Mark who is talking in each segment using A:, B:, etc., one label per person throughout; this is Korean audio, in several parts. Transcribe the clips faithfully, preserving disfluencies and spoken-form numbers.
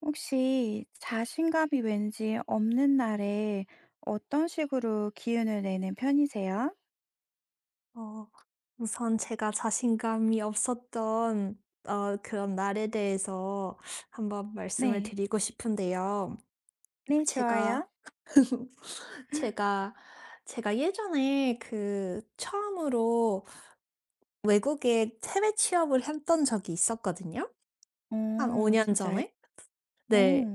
A: 혹시 자신감이 왠지 없는 날에 어떤 식으로 기운을 내는 편이세요?
B: 어, 우선 제가 자신감이 없었던 어, 그런 날에 대해서 한번 말씀을
A: 네.
B: 드리고 싶은데요.
A: 네, 좋아요.
B: 제가 제가 제가 예전에 그 처음으로 외국에 해외 취업을 했던 적이 있었거든요. 한
A: 어
B: 오 년
A: 진짜요?
B: 전에.
A: 어.
B: 네.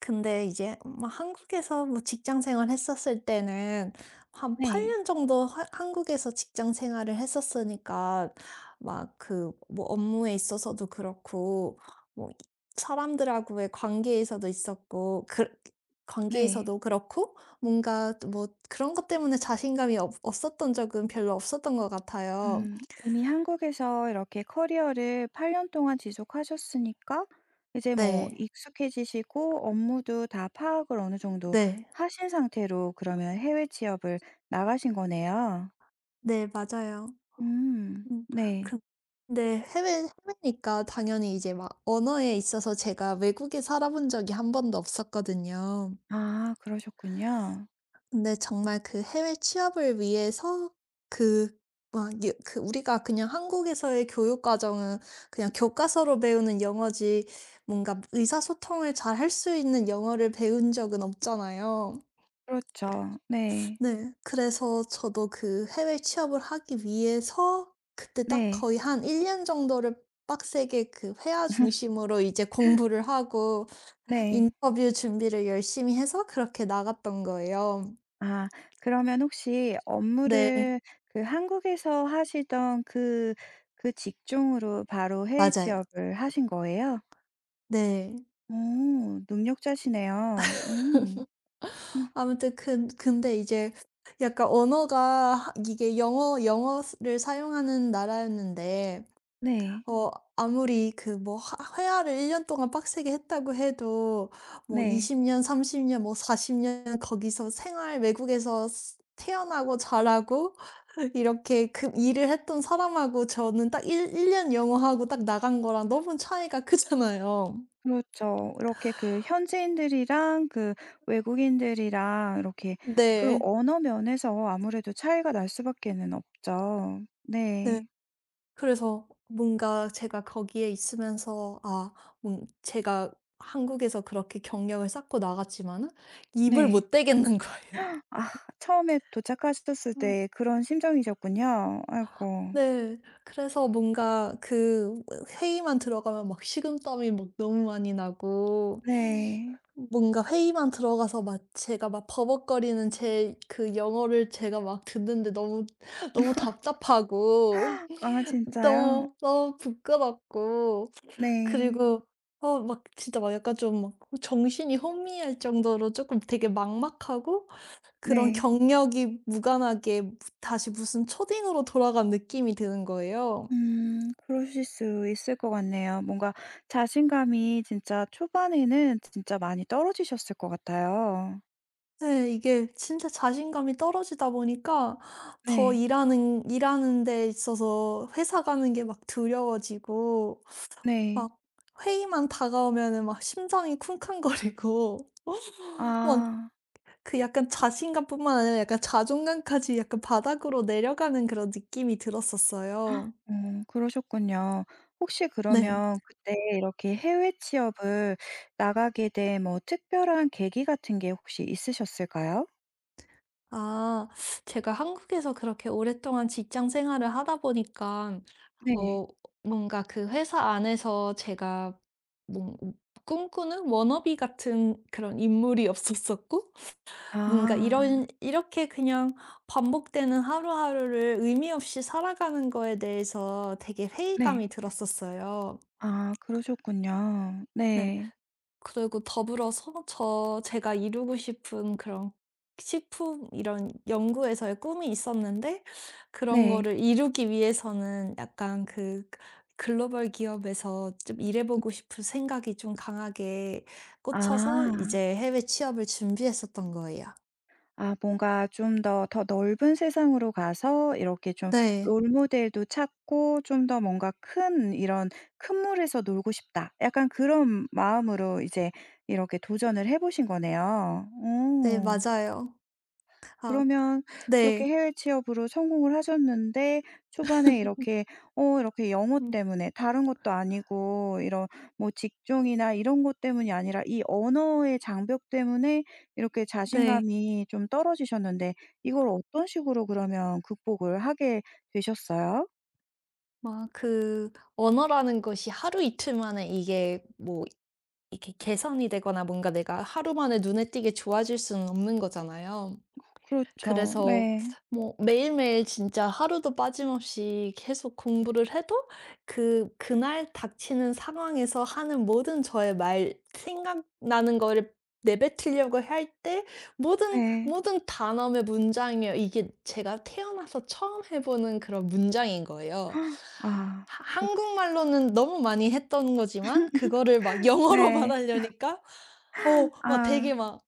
B: 근데 이제 막 한국에서 뭐 직장 생활 했었을 때는 한 8
A: 네.
B: 년 정도 하 한국에서 직장 생활을 했었으니까, 막 그 뭐 업무에 있어서도 그렇고 뭐 사람들하고의 관계에서도 있었고, 그
A: 네.
B: 관계에서도 그렇고 뭔가 뭐 그런 것 때문에 자신감이 없 없었던 적은 별로 없었던 것 같아요.
A: 음, 이미 한국에서 이렇게 커리어를 팔 년 동안 지속하셨으니까 이제 뭐
B: 네.
A: 익숙해지시고 업무도 다 파악을 어느 정도
B: 네.
A: 하신 상태로 그러면 해외 취업을 나가신 거네요.
B: 네, 맞아요.
A: 음.
B: 음.
A: 네.
B: 그 근데 해외 해외니까 당연히 이제 막 언어에 있어서, 제가 외국에 살아본 적이 한 번도 없었거든요.
A: 아 그러셨군요.
B: 근데 정말 그 해외 취업을 위해서 그 막 유 그 우리가 그냥 한국에서의 교육 과정은 그냥 교과서로 배우는 영어지, 뭔가 의사소통을 잘 할 수 있는 영어를 배운 적은 없잖아요.
A: 그렇죠. 네.
B: 네. 그래서 저도 그 해외 취업을 하기 위해서 그때 딱
A: 네.
B: 거의 한 일 년 정도를 빡세게 그 회화 중심으로 이제 공부를 하고,
A: 네.
B: 인터뷰 준비를 열심히 해서 그렇게 나갔던 거예요.
A: 아 그러면 혹시
B: 네.
A: 업무를 그 한국에서 하시던 그 그 직종으로 바로 해외
B: 맞아요.
A: 취업을 하신 거예요?
B: 네.
A: 오 능력자시네요. 음. 음
B: 아무튼 근 근데 이제 약간 언어가, 하 이게 영어 영어를 사용하는 나라였는데,
A: 네.
B: 어 아무리 그 뭐 회화를 일 년 동안 빡세게 했다고 해도, 뭐
A: 네.
B: 이십 년, 삼십 년, 뭐 사십 년 거기서 생활 외국에서 스 태어나고 자라고 이렇게 그 일을 했던 사람하고, 저는 딱 일 1 년 영어하고 딱 나간 거랑 너무 차이가 크잖아요.
A: 그렇죠. 이렇게 그 현지인들이랑 그 외국인들이랑 이렇게 그
B: 네.
A: 언어 면에서 아무래도 차이가 날 수밖에는 없죠.
B: 네.
A: 네.
B: 그래서 뭔가 제가 거기에 있으면서, 아 뭔 제가 한국에서 그렇게 경력을 쌓고 나갔지만은 입을
A: 네.
B: 못 대겠는 거예요.
A: 아 처음에 도착하셨을 때 그런 심정이셨군요. 아이고.
B: 네. 그래서 뭔가 그 회의만 들어가면 막 식은땀이 막 너무 많이 나고,
A: 네.
B: 뭔가 회의만 들어가서 막 제가 막 버벅거리는 제 그 영어를 제가 막 듣는데, 너무 너무 답답하고
A: 아 진짜요?
B: 너무 너무 부끄럽고,
A: 네.
B: 그리고 어 막 진짜 막 약간 좀 막 정신이 혼미할 정도로 조금 되게 막막하고, 그런
A: 네.
B: 경력이 무관하게 다시 무슨 초딩으로 돌아간 느낌이 드는 거예요.
A: 음 그러실 수 있을 것 같네요. 뭔가 자신감이 진짜 초반에는 진짜 많이 떨어지셨을 것 같아요.
B: 네. 이게 진짜 자신감이 떨어지다 보니까 더
A: 네.
B: 일하는 일하는 데 있어서 회사 가는 게 막 두려워지고,
A: 네.
B: 막 회의만 다가오면은 막 심장이 쿵쾅거리고 막,
A: 아.
B: 그 약간 자신감뿐만 아니라 약간 자존감까지 약간 바닥으로 내려가는 그런 느낌이
A: 헉,
B: 들었었어요.
A: 어 그러셨군요. 혹시
B: 네.
A: 그러면 그때 이렇게 해외 취업을 나가게 된 뭐 특별한 계기 같은 게 혹시 있으셨을까요?
B: 아, 제가 한국에서 그렇게 오랫동안 직장 생활을 하다 보니까
A: 네.
B: 어 뭔가 그 회사 안에서 제가 뭔 꿈꾸는 워너비 같은 그런 인물이 없었었고, 뭔가 이런
A: 아.
B: 이렇게 그냥 반복되는 하루하루를 의미 없이 살아가는 거에 대해서 되게
A: 네.
B: 회의감이 들었었어요.
A: 아 그러셨군요.
B: 네.
A: 네.
B: 그리고 더불어서 저 제가 이루고 싶은 그런 식품 이런 연구에서의 꿈이 있었는데, 그런
A: 네.
B: 거를 이루기 위해서는 약간 그 글로벌 기업에서 좀 일해 보고 싶은 생각이 좀 강하게 꽂혀서
A: 아.
B: 이제 해외 취업을 준비했었던 거예요.
A: 아 뭔가 좀 더 더 넓은 세상으로 가서 이렇게 좀
B: 네.
A: 롤 모델도 찾고 좀 더 뭔가 큰 이런 '큰 물에서 놀고 싶다.' 약간 그런 마음으로 이제 이렇게 도전을 해 보신 거네요.
B: 네,
A: 어.
B: 맞아요. 아,
A: 그러면 그렇게
B: 네.
A: 해외 취업으로 성공을 하셨는데 초반에 이렇게 어 이렇게 영어
B: 음.
A: 때문에 다른 것도 아니고 이런 뭐 직종이나 이런 것 때문이 아니라 이 언어의 장벽 때문에 이렇게
B: 네.
A: 자신감이 좀 떨어지셨는데 이걸 어떤 식으로 그러면 극복을 하게 되셨어요?
B: 막 그 언어라는 것이 하루 이틀 만에 이게 뭐 이렇게 개선이 되거나 뭔가 내가 하루 만에 눈에 띄게 좋아질 수는 없는 거잖아요.
A: 그렇죠.
B: 그래서
A: 네.
B: 뭐 매일매일 진짜 하루도 빠짐없이 계속 공부를 해도, 그 그날 닥치는 상황에서 하는 모든 저의 말, 생각나는 거를 내뱉으려고 할 때 모든
A: 네.
B: 모든 단어의 문장이에요. 이게 제가 태어나서 처음 해 보는 그런 문장인 거예요.
A: 아
B: 하
A: 그렇죠.
B: 한국말로는 너무 많이 했던 거지만 그거를 막 영어로
A: 네.
B: 말하려니까, 어 막 되게
A: 아.
B: 막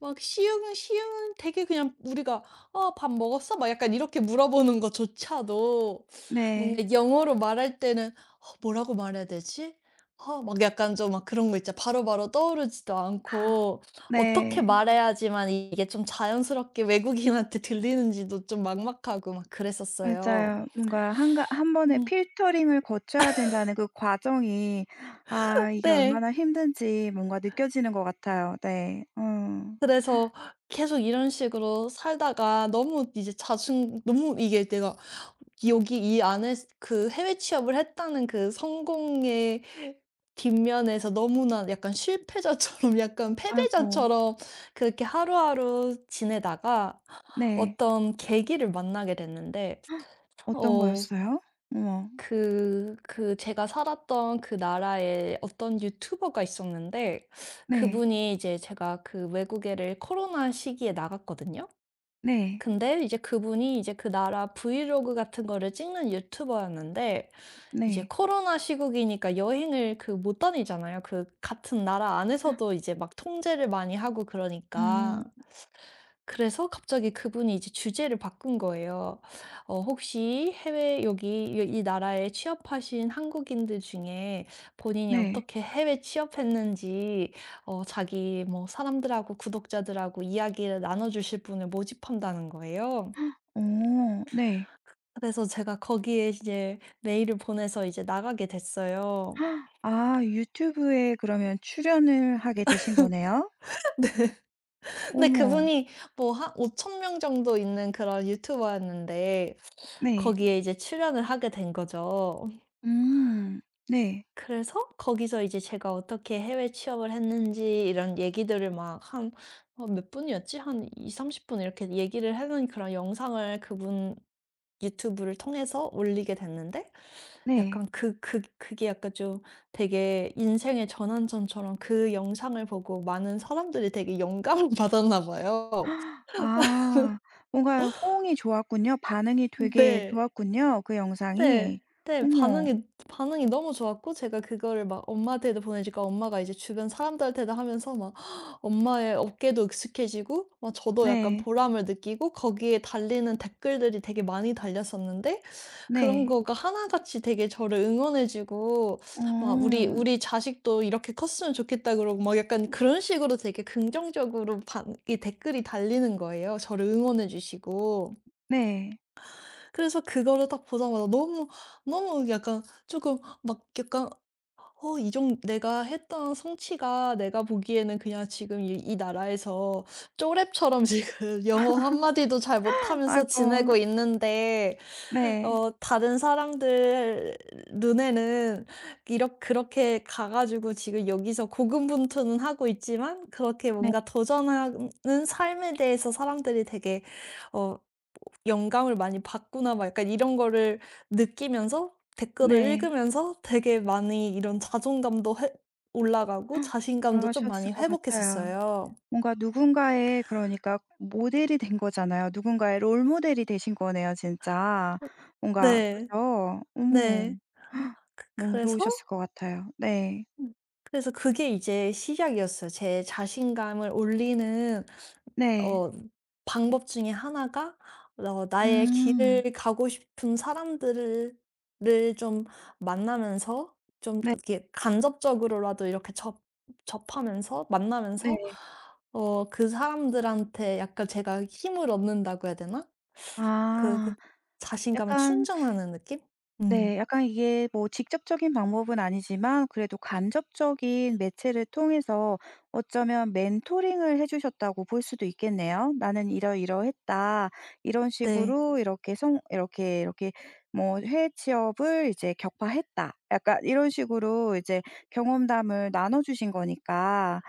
B: 막 쉬운 쉬운 되게 그냥 우리가 "아, 밥 먹었어?" 막 약간 이렇게 물어보는 것조차도
A: 네.
B: 뭔가 영어로 말할 때는 어 뭐라고 말해야 되지? 어 막 약간 좀 막 그런 거 있죠. 바로바로 떠오르지도
A: 아.
B: 않고, 어떻게
A: 네.
B: 말해야지만 이게 좀 자연스럽게 외국인한테 들리는지도 좀 막막하고 막 그랬었어요.
A: 맞아요. 뭔가 한가 한 번에
B: 음.
A: 필터링을 거쳐야 된다는 그 과정이 아 이게
B: 네.
A: 얼마나 힘든지 뭔가 느껴지는 것 같아요. 네. 어.
B: 그래서 계속 이런 식으로 살다가 너무 이제 자충 너무 이게, 내가 여기 이 안에 그 해외 취업을 했다는 그 성공의 뒷면에서 너무나 약간 실패자처럼 약간
A: 아이고.
B: 패배자처럼 그렇게 하루하루 지내다가
A: 네.
B: 어떤 계기를 만나게 됐는데,
A: 어떤
B: 어
A: 거였어요? 어머.
B: 그 그 제가 살았던 그 나라에 어떤 유튜버가 있었는데,
A: 네.
B: 그분이, 이제 제가 그 외국에를 코로나 시기에 나갔거든요.
A: 네.
B: 근데 이제 그분이 이제 그 나라 브이로그 같은 거를 찍는 유튜버였는데, 이제
A: 네.
B: 코로나 시국이니까 여행을 그 못 다니잖아요, 그 같은 나라 안에서도 이제 막 통제를 많이 하고 그러니까.
A: 음.
B: 그래서 갑자기 그분이 이제 주제를 바꾼 거예요. 어 혹시 해외, 여기 이 이 나라에 취업하신 한국인들 중에 본인이
A: 네.
B: 어떻게 해외 취업했는지, 어 자기 뭐 사람들하고 구독자들하고 이야기를 나눠 주실 분을 모집한다는 거예요.
A: 어. 네.
B: 그래서 제가 거기에 이제 메일을 보내서 이제 나가게 됐어요.
A: 헉, 아 유튜브에 그러면 출연을 하게 되신 거네요?
B: 근데
A: 어머.
B: 그분이 뭐 한오천 명 정도 있는 그런 유튜버였는데
A: 네.
B: 거기에 이제 출연을 하게 된 거죠.
A: 음. 네.
B: 그래서 거기서 이제 제가 어떻게 해외 취업을 했는지 이런 얘기들을 막 한 어 몇 분이었지? 한이삼3 영 분 이렇게 얘기를 하는 그런 영상을 그분 유튜브를 통해서 올리게 됐는데,
A: 네.
B: 약간 그 그 그게 약간 좀 되게 인생의 전환점처럼, 그 영상을 보고 많은 사람들이 되게 영감을 받았나 봐요.
A: 아 뭔가 호응이 좋았군요. 반응이 되게
B: 네.
A: 좋았군요, 그
B: 네.
A: 영상이.
B: 네.
A: 어머.
B: 반응이 반응이 너무 좋았고, 제가 그거를 막 엄마한테도 보내니까 엄마가 이제 주변 사람들한테도 하면서 막 엄마의 어깨도 익숙해지고, 막 저도 약간
A: 네.
B: 보람을 느끼고, 거기에 달리는 댓글들이 되게 많이 달렸었는데, 그런
A: 네.
B: 거가 하나같이 되게 저를 응원해 주고, 막 "우리
A: 어.
B: 우리 자식도 이렇게 컸으면 좋겠다" 그러고, 막 약간 그런 식으로 되게 긍정적으로 반 이 댓글이 달리는 거예요, 저를 응원해 주시고.
A: 네.
B: 그래서 그거를 딱 보자마자 너무 너무 약간 조금 막 약간, 어 이정 내가 했던 성취가, 내가 보기에는 그냥 지금 이 이 나라에서 쪼랩처럼 지금 영어 한 마디도 잘 못하면서
A: 아이고.
B: 지내고 있는데,
A: 네.
B: 어 다른 사람들 눈에는 이렇 그렇게 가 가지고 지금 여기서 고군분투는 하고 있지만 그렇게
A: 네.
B: 뭔가 도전하는 삶에 대해서 사람들이 되게 어 영감을 많이 받구나, 막 약간 이런 거를 느끼면서, 댓글을
A: 네.
B: 읽으면서 되게 많이 이런 자존감도 회 올라가고 자신감도 좀
A: 그러셨을
B: 많이
A: 것 같아요.
B: 회복했었어요.
A: 뭔가 누군가의 그러니까 모델이 된 거잖아요. 누군가의 롤 모델이 되신 거네요, 진짜. 뭔가
B: 네.
A: 그죠? 어머.
B: 네. 그
A: 너무
B: 그래서,
A: 좋으셨을 것 같아요. 네.
B: 음, 그래서 그게 이제 시작이었어요. 제 자신감을 올리는
A: 네.
B: 어 방법 중에 하나가 어 나의
A: 음.
B: 길을 가고 싶은 사람들을, 를 좀 만나면서, 좀
A: 네.
B: 이렇게 간접적으로라도 이렇게 접 접하면서, 만나면서
A: 네.
B: 어 그 사람들한테 약간 제가 힘을 얻는다고 해야 되나? 그 그
A: 아.
B: 자신감을
A: 약간
B: 충전하는 느낌? 음.
A: 네. 약간 이게 뭐 직접적인 방법은 아니지만 그래도 간접적인 매체를 통해서 어쩌면 멘토링을 해 주셨다고 볼 수도 있겠네요. "나는 이러이러했다." 이런
B: 네.
A: 식으로 이렇게 성 이렇게 이렇게 뭐 "해외 취업을 이제 격파했다." 약간 이런 식으로 이제 경험담을 나눠 주신 거니까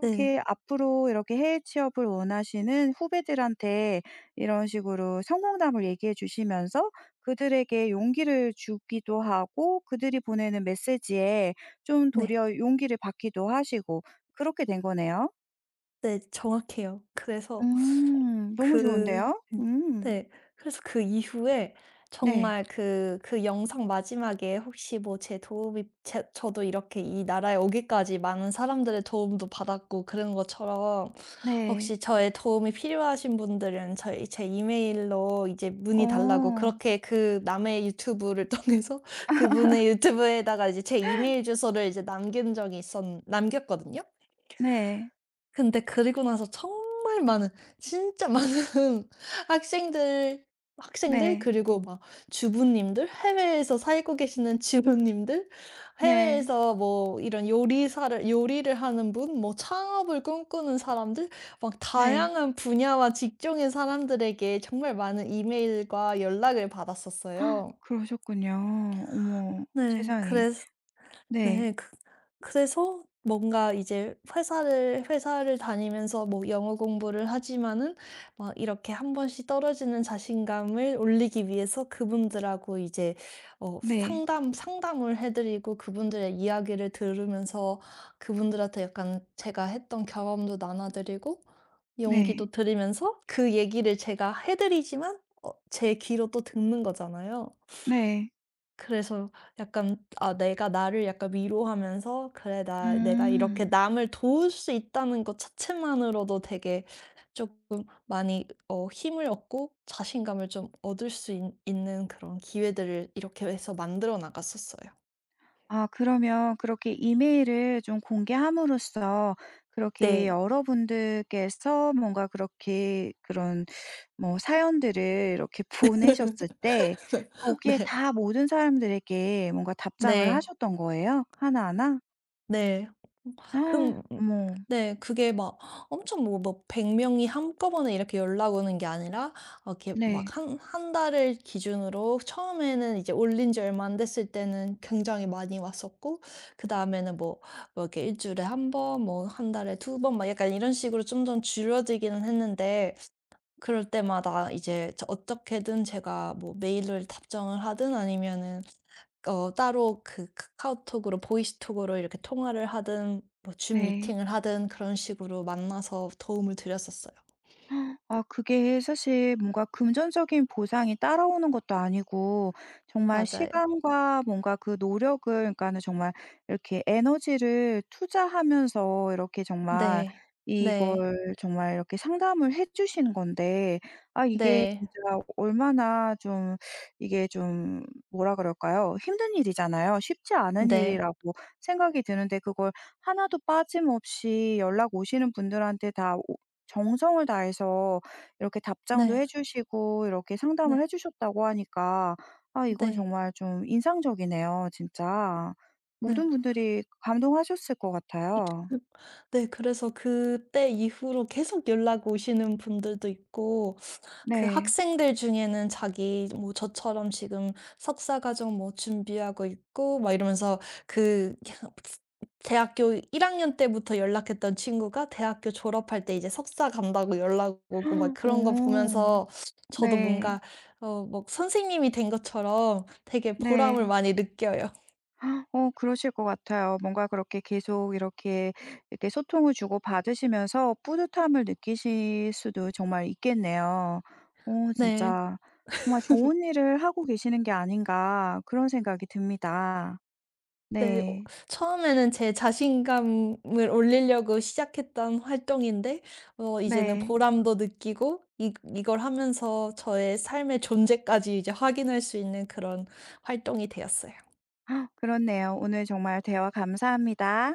B: 네.
A: 앞으로 이렇게 해외 취업을 원하시는 후배들한테 이런 식으로 성공담을 얘기해 주시면서 그들에게 용기를 주기도 하고 그들이 보내는 메시지에 좀
B: 네.
A: 도리어 용기를 받기도 하시고 그렇게 된 거네요.
B: 네. 정확해요. 그래서,
A: 음. 너무
B: 그
A: 좋은데요.
B: 음,
A: 음.
B: 네. 그래서 그 이후에
A: 네.
B: 정말 그 그 영상 마지막에 혹시 뭐 제 도움이 제 저도 이렇게 이 나라에 오기까지 많은 사람들의 도움도 받았고 그런 것처럼,
A: 네.
B: 혹시 저의 도움이 필요하신 분들은 저희 제 이메일로 이제 문의 달라고,
A: 어.
B: 그렇게 그 남의 유튜브를 통해서 그분의 유튜브에다가 이제 제 이메일 주소를 이제 남긴 적이 있었 남겼거든요.
A: 네.
B: 근데 그리고 나서 정말 많은, 진짜 많은 학생들 학생들
A: 네.
B: 그리고 막 주부님들, 해외에서 살고 계시는 주부님들,
A: 네.
B: 해외에서 뭐 이런 요리사를 요리를 하는 분, 뭐 창업을 꿈꾸는 사람들, 막
A: 네.
B: 다양한 분야와 직종의 사람들에게 정말 많은 이메일과 연락을 받았었어요.
A: 그러셨군요. 어머
B: 네.
A: 세상에.
B: 그래서,
A: 네.
B: 네. 그 그래서 뭔가 이제 회사를 회사를 다니면서 뭐 영어 공부를 하지만은, 막 이렇게 한 번씩 떨어지는 자신감을 올리기 위해서 그분들하고 이제 어
A: 네.
B: 상담 상담을 해 드리고, 그분들의 이야기를 들으면서, 그분들한테 약간 제가 했던 경험도 나눠 드리고
A: 네.
B: 용기도 드리면서, 그 얘기를 제가 해 드리지만 어 제 귀로 또 듣는 거잖아요.
A: 네.
B: 그래서 약간, 아 내가 나를 약간 위로하면서, '그래, 나, 내가 이렇게
A: 음.
B: 남을 도울 수 있다는 것 자체만으로도 되게 쪼끔 많이 어 힘을 얻고 자신감을 좀 얻을 수 있 있는 그런 기회들을 이렇게 해서 만들어 나갔었어요.
A: 아 그러면 그렇게 이메일을 좀 공개함으로써 그렇게
B: 네.
A: 여러분들께서 뭔가 그렇게 그런 뭐 사연들을 이렇게 보내셨을 때 거기에
B: 네.
A: 다 모든 사람들에게 뭔가 답장을
B: 네.
A: 하셨던 거예요? 하나하나?
B: 네. 음.
A: 아,
B: 그럼, 음.
A: 어머.
B: 네. 그게 막 엄청, 뭐 뭐 백 명이 한꺼번에 이렇게 연락 오는 게 아니라, 어 이렇게
A: 네.
B: 막 한 한 달을 기준으로 처음에는 이제 올린 지 얼마 안 됐을 때는 굉장히 많이 왔었고, 그다음에는 뭐 뭐 이렇게 일 주일에 한 번, 뭐 한 달에 두 번, 막 약간 이런 식으로 좀 좀 줄어들기는 했는데, 그럴 때마다 이제 저 어떻게든 제가 뭐 메일을 답장을 하든 아니면은 어 따로 그 카카오톡으로, 보이스톡으로 이렇게 통화를 하든, 뭐 줌
A: 네.
B: 미팅을 하든 그런 식으로 만나서 도움을 드렸었어요.
A: 아 그게 사실 뭔가 금전적인 보상이 따라오는 것도 아니고 정말
B: 맞아요.
A: 시간과 뭔가 그 노력을 그러니까는 정말 이렇게 에너지를 투자하면서 이렇게 정말
B: 네. 네.
A: 이걸 정말 이렇게 상담을 해 주시는 건데 아 이게
B: 네.
A: 진짜 얼마나 좀 이게 좀 뭐라 그럴까요? 힘든 일이잖아요. 쉽지 않은
B: 네.
A: 일이라고 생각이 드는데 그걸 하나도 빠짐없이 연락 오시는 분들한테 다 오 정성을 다해서 이렇게 답장도
B: 네.
A: 해 주시고 이렇게 상담을
B: 네.
A: 해 주셨다고 하니까 아 이건
B: 네.
A: 정말 좀 인상적이네요 진짜.
B: 네.
A: 모든 분들이 감동하셨을 것 같아요.
B: 네. 그래서 그때 이후로 계속 연락 오시는 분들도 있고, 그
A: 네.
B: 학생들 중에는 자기 뭐 저처럼 지금 석사 과정 뭐 준비하고 있고 막 이러면서, 그 대학교 일 학년 때부터 연락했던 친구가 대학교 졸업할 때 이제 석사 간다고 연락 오고, 막 그런 거
A: 어.
B: 보면서 저도
A: 네.
B: 뭔가 어 막 선생님이 된 것처럼 되게 보람을
A: 네.
B: 많이 느껴요.
A: 어 그러실 것 같아요. 뭔가 그렇게 계속 이렇게, 이렇게 소통을 주고받으시면서 뿌듯함을 느끼실 수도 정말 있겠네요. 어
B: 네.
A: 진짜 정말 '좋은 일을 하고 계시는 게 아닌가.' 그런 생각이 듭니다.
B: 네. 어
A: 네.
B: 처음에는 제 자신감을 올리려고 시작했던 활동인데, 어 이제는
A: 네.
B: 보람도 느끼고, 이 이걸 하면서 저의 삶의 존재까지 이제 확인할 수 있는 그런 활동이 되었어요.
A: 그렇네요. 오늘 정말 대화 감사합니다.